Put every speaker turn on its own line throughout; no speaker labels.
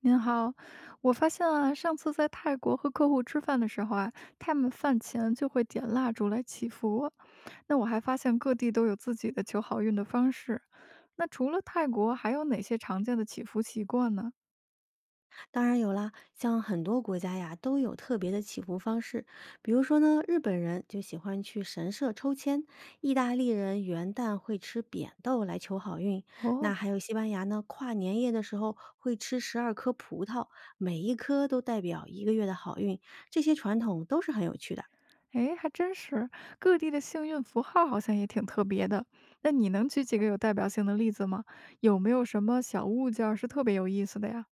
您好，我发现啊，上次在泰国和客户吃饭的时候啊，他们饭前就会点蜡烛来祈福。那我还发现各地都有自己的求好运的方式。那除了泰国，还有哪些常见的祈福习惯呢？
当然有啦，像很多国家呀都有特别的祈福方式，比如说呢，日本人就喜欢去神社抽签，意大利人元旦会吃扁豆来求好运，那
哦。
还有西班牙呢，跨年夜的时候会吃12颗葡萄，每一颗都代表一个月的好运，这些传统都是很有趣的。
诶，还真是，各地的幸运符号好像也挺特别的。那你能举几个有代表性的例子吗？有没有什么小物件儿是特别有意思的呀？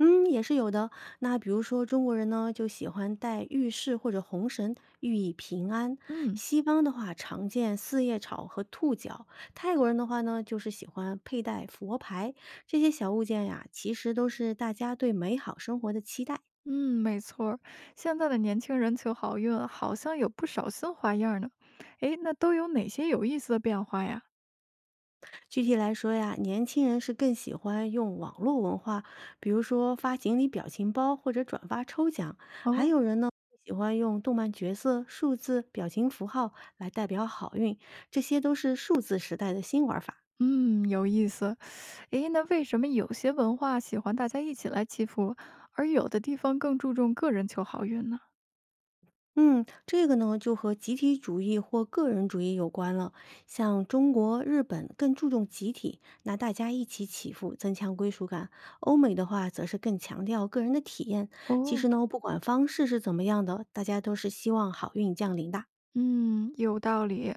嗯，也是有的。那比如说，中国人呢就喜欢戴玉饰或者红绳，寓意平安；
嗯。
西方的话常见四叶草和兔角；泰国人的话呢，就是喜欢佩戴佛牌。这些小物件呀，其实都是大家对美好生活的期待。
嗯，没错儿。现在的年轻人求好运，好像有不少新花样儿呢。诶，那都有哪些有意思的变化呀？
具体来说呀，年轻人是更喜欢用网络文化，比如说发锦鲤表情包或者转发抽奖，还
哦。
有人呢喜欢用动漫角色、数字、表情符号来代表好运，这些都是数字时代的新玩法。
嗯，有意思。诶，那为什么有些文化喜欢大家一起来祈福，而有的地方更注重个人求好运呢？
嗯，这个呢就和集体主义或个人主义有关了。像中国、日本更注重集体，那大家一起起伏，增强归属感；欧美的话则是更强调个人的体验。其
哦。
实呢，不管方式是怎么样的，大家都是希望好运降临的。
嗯，有道理。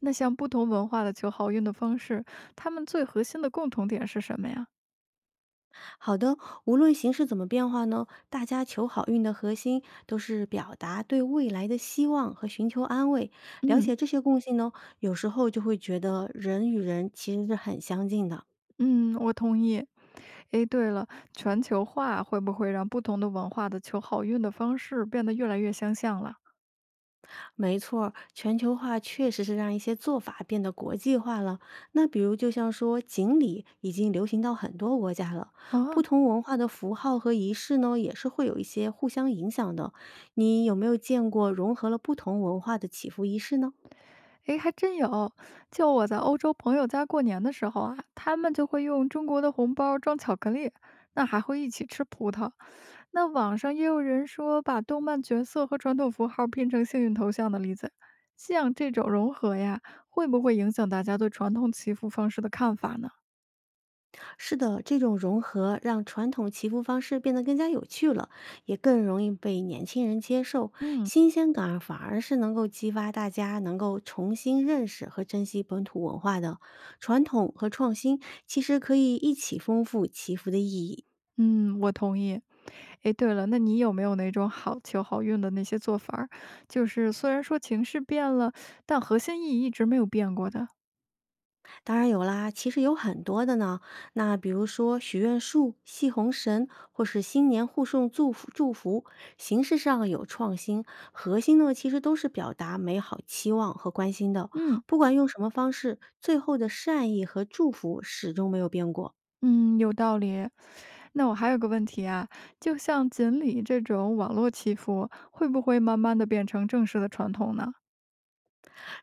那像不同文化的求好运的方式，他们最核心的共同点是什么呀？
好的，无论形式怎么变化呢，大家求好运的核心都是表达对未来的希望和寻求安慰。了
嗯。
解这些共性呢，有时候就会觉得人与人其实是很相近的。
嗯，我同意。诶，对了，全球化会不会让不同的文化的求好运的方式变得越来越相像了？
没错儿，全球化确实是让一些做法变得国际化了。那比如，就像说锦鲤已经流行到很多国家了，不
哦。
同文化的符号和仪式呢，也是会有一些互相影响的。你有没有见过融合了不同文化的祈福仪式呢？
诶，还真有。就我在欧洲朋友家过年的时候啊，他们就会用中国的红包装巧克力，那还会一起吃葡萄。那网上也有人说把动漫角色和传统符号拼成幸运头像的例子，像这种融合呀，会不会影响大家对传统祈福方式的看法呢？
是的，这种融合让传统祈福方式变得更加有趣了，也更容易被年轻人接受。
嗯。
新鲜感反而是能够激发大家能够重新认识和珍惜本土文化的传统和创新，其实可以一起丰富祈福的意义。
嗯，我同意。哎，对了，那你有没有那种好求好运的那些做法儿？就是虽然说情绪变了，但核心意义一直没有变过的。
当然有啦，其实有很多的呢。那比如说许愿树、系红绳，或是新年互送祝福，祝福形式上有创新，核心呢其实都是表达美好期望和关心的。
嗯。
不管用什么方式，最后的善意和祝福始终没有变过。
嗯，有道理。那我还有个问题啊，就像锦鲤这种网络祈福，会不会慢慢的变成正式的传统呢？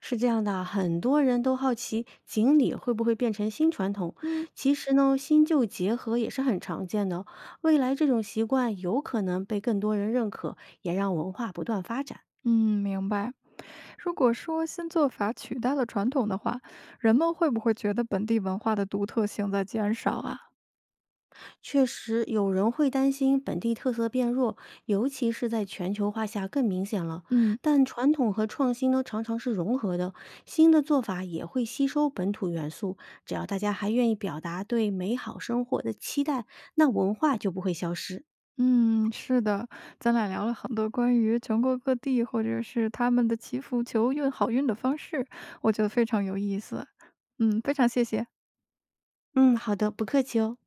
是这样的啊，很多人都好奇锦鲤会不会变成新传统。
嗯。
其实呢，新旧结合也是很常见的。未来这种习惯有可能被更多人认可，也让文化不断发展。
嗯，明白。如果说新做法取代了传统的话，人们会不会觉得本地文化的独特性在减少啊？
确实，有人会担心本地特色变弱，尤其是在全球化下更明显了。
嗯。
但传统和创新呢，常常是融合的，新的做法也会吸收本土元素。只要大家还愿意表达对美好生活的期待，那文化就不会消失。
嗯，是的，咱俩聊了很多关于全国各地或者是他们的祈福求运好运的方式，我觉得非常有意思。嗯，非常谢谢。
嗯，好的，不客气哦。